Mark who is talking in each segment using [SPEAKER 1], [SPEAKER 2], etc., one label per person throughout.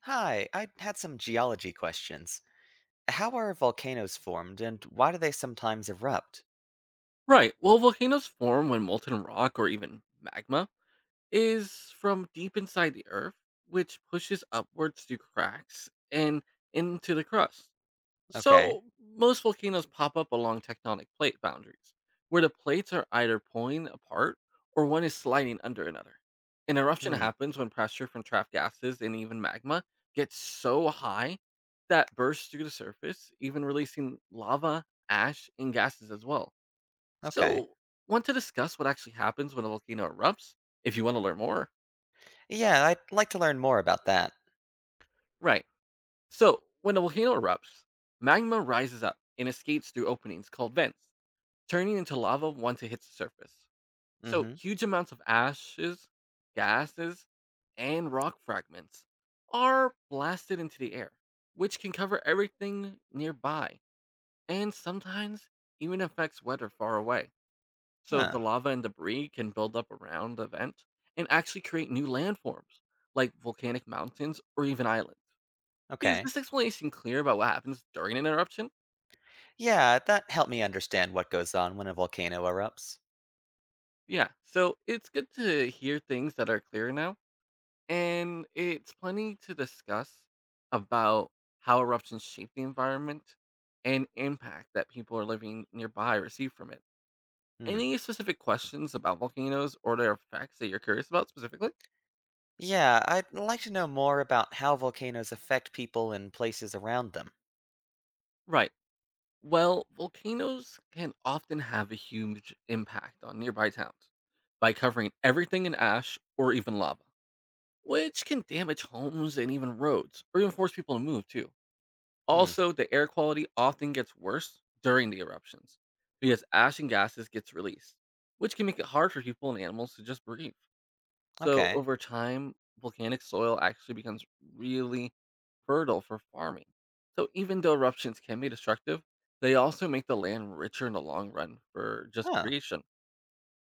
[SPEAKER 1] Hi, I had some geology questions. How are volcanoes formed and why do they sometimes erupt?
[SPEAKER 2] Right. Well, volcanoes form when molten rock or even magma is from deep inside the earth, which pushes upwards through cracks and into the crust.
[SPEAKER 1] Okay.
[SPEAKER 2] So, most volcanoes pop up along tectonic plate boundaries, where the plates are either pulling apart or one is sliding under another. An eruption
[SPEAKER 1] Hmm.
[SPEAKER 2] happens when pressure from trapped gases and even magma gets so high that bursts through the surface, even releasing lava, ash, and gases as well.
[SPEAKER 1] Okay.
[SPEAKER 2] So, want to discuss what actually happens when a volcano erupts? If you want to learn more,
[SPEAKER 1] Yeah, I'd like to learn more about that.
[SPEAKER 2] right. So, when a volcano erupts, magma rises up and escapes through openings called vents, turning into lava once it hits the surface. So,
[SPEAKER 1] Mm-hmm.
[SPEAKER 2] huge amounts of ashes, gases, and rock fragments are blasted into the air, which can cover everything nearby and sometimes even affects weather far away. So
[SPEAKER 1] Huh.
[SPEAKER 2] the lava and debris can build up around the vent and actually create new landforms, like volcanic mountains or even islands. Is
[SPEAKER 1] Okay.
[SPEAKER 2] this explanation clear about what happens during an eruption?
[SPEAKER 1] Yeah, that helped me understand what goes on when a volcano erupts.
[SPEAKER 2] Yeah, so it's good to hear things that are clear now, and it's plenty to discuss about how eruptions shape the environment and impact that people are living nearby receive from it.
[SPEAKER 1] Hmm.
[SPEAKER 2] Any specific questions about volcanoes or their effects that you're curious about specifically?
[SPEAKER 1] Yeah, I'd like to know more about how volcanoes affect people and places around them.
[SPEAKER 2] Right. Well, volcanoes can often have a huge impact on nearby towns by covering everything in ash or even lava, which can damage homes and even roads, or even force people to move too.
[SPEAKER 1] Hmm.
[SPEAKER 2] Also, the air quality often gets worse during the eruptions because ash and gases gets released, which can make it hard for people and animals to just breathe. So
[SPEAKER 1] Okay.
[SPEAKER 2] over time, volcanic soil actually becomes really fertile for farming. So even though eruptions can be destructive, they also make the land richer in the long run for just
[SPEAKER 1] Huh.
[SPEAKER 2] creation.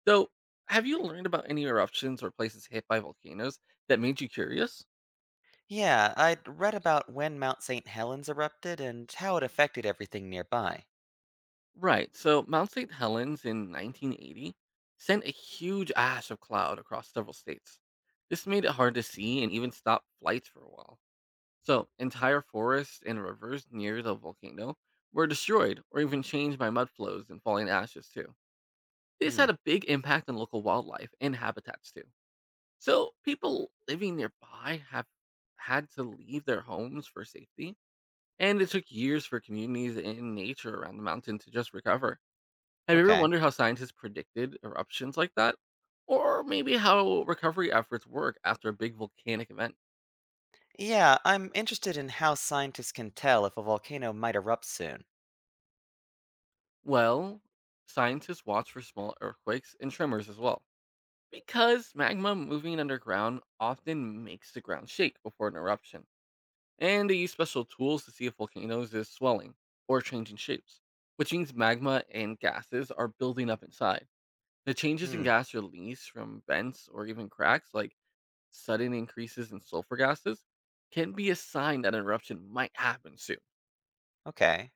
[SPEAKER 2] So, have you learned about any eruptions or places hit by volcanoes that made you curious?
[SPEAKER 1] Yeah, I'd read about when Mount St. Helens erupted and how it affected everything nearby.
[SPEAKER 2] Right. So, Mount St. Helens in 1980 sent a huge ash of cloud across several states. This made it hard to see and even stopped flights for a while. So, entire forests and rivers near the volcano were destroyed or even changed by mud flows and falling ashes, too. This
[SPEAKER 1] Hmm.
[SPEAKER 2] had a big impact on local wildlife and habitats, too. So, people living nearby have had to leave their homes for safety, and it took years for communities and nature around the mountain to just recover. Have you ever
[SPEAKER 1] Okay.
[SPEAKER 2] wondered how scientists predicted eruptions like that? Or maybe how recovery efforts work after a big volcanic event?
[SPEAKER 1] Yeah, I'm interested in how scientists can tell if a volcano might erupt soon.
[SPEAKER 2] Well, scientists watch for small earthquakes and tremors as well, because magma moving underground often makes the ground shake before an eruption. And they use special tools to see if volcanoes is swelling or changing shapes, which means magma and gases are building up inside. The changes in
[SPEAKER 1] Hmm,
[SPEAKER 2] gas release from vents or even cracks, like sudden increases in sulfur gases, can be a sign that an eruption might happen soon.
[SPEAKER 1] okay.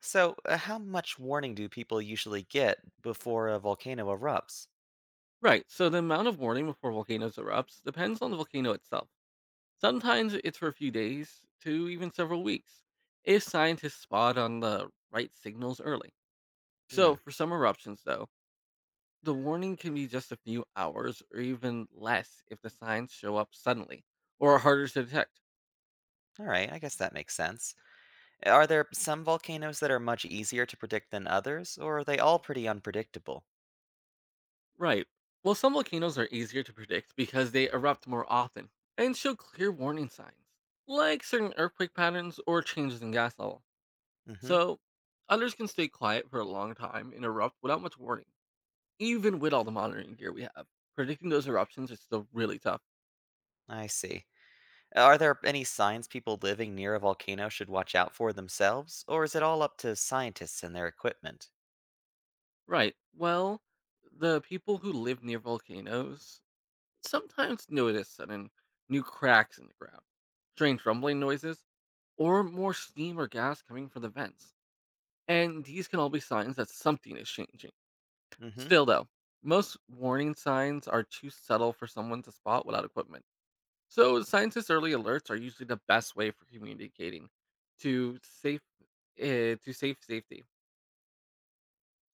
[SPEAKER 1] So, how much warning do people usually get before a volcano erupts?
[SPEAKER 2] Right, so the amount of warning before volcanoes erupts depends on the volcano itself. Sometimes it's for a few days to even several weeks if scientists spot on the right signals early.
[SPEAKER 1] Hmm,
[SPEAKER 2] So, for some eruptions, though, the warning can be just a few hours or even less if the signs show up suddenly or are harder to detect.
[SPEAKER 1] alright, I guess that makes sense. Are there some volcanoes that are much easier to predict than others, or are they all pretty unpredictable?
[SPEAKER 2] Right. Well, some volcanoes are easier to predict because they erupt more often and show clear warning signs, like certain earthquake patterns or changes in gas level.
[SPEAKER 1] Mm-hmm,
[SPEAKER 2] So, others can stay quiet for a long time and erupt without much warning even with all the monitoring gear we have, predicting those eruptions is still really tough.
[SPEAKER 1] I see. Are there any signs people living near a volcano should watch out for themselves, or is it all up to scientists and their equipment?
[SPEAKER 2] Right. Well, the people who live near volcanoes sometimes notice sudden new cracks in the ground, strange rumbling noises, or more steam or gas coming from the vents. And these can all be signs that something is changing.
[SPEAKER 1] Mm-hmm.
[SPEAKER 2] Still, though, most warning signs are too subtle for someone to spot without equipment. So, scientists' early alerts are usually the best way for communicating to safe uh, to safety.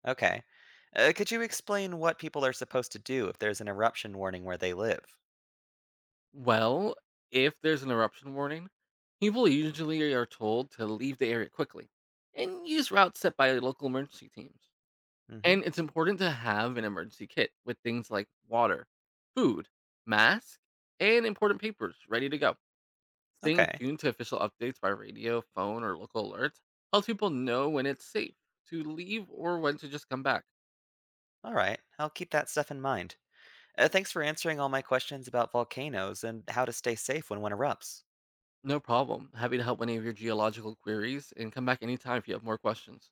[SPEAKER 1] Okay. Could you explain what people are supposed to do if there's an eruption warning where they live?
[SPEAKER 2] Well, if there's an eruption warning, people usually are told to leave the area quickly and use routes set by local emergency teams.
[SPEAKER 1] Hmm.
[SPEAKER 2] And it's important to have an emergency kit with things like water, food, mask, and important papers ready to go. Staying
[SPEAKER 1] Okay.
[SPEAKER 2] tuned to official updates by radio, phone, or local alerts helps people know when it's safe to leave or when to just come back.
[SPEAKER 1] All right. I'll keep that stuff in mind. Thanks for answering all my questions about volcanoes and how to stay safe when one erupts.
[SPEAKER 2] No problem. Happy to help any of your geological queries and come back anytime if you have more questions.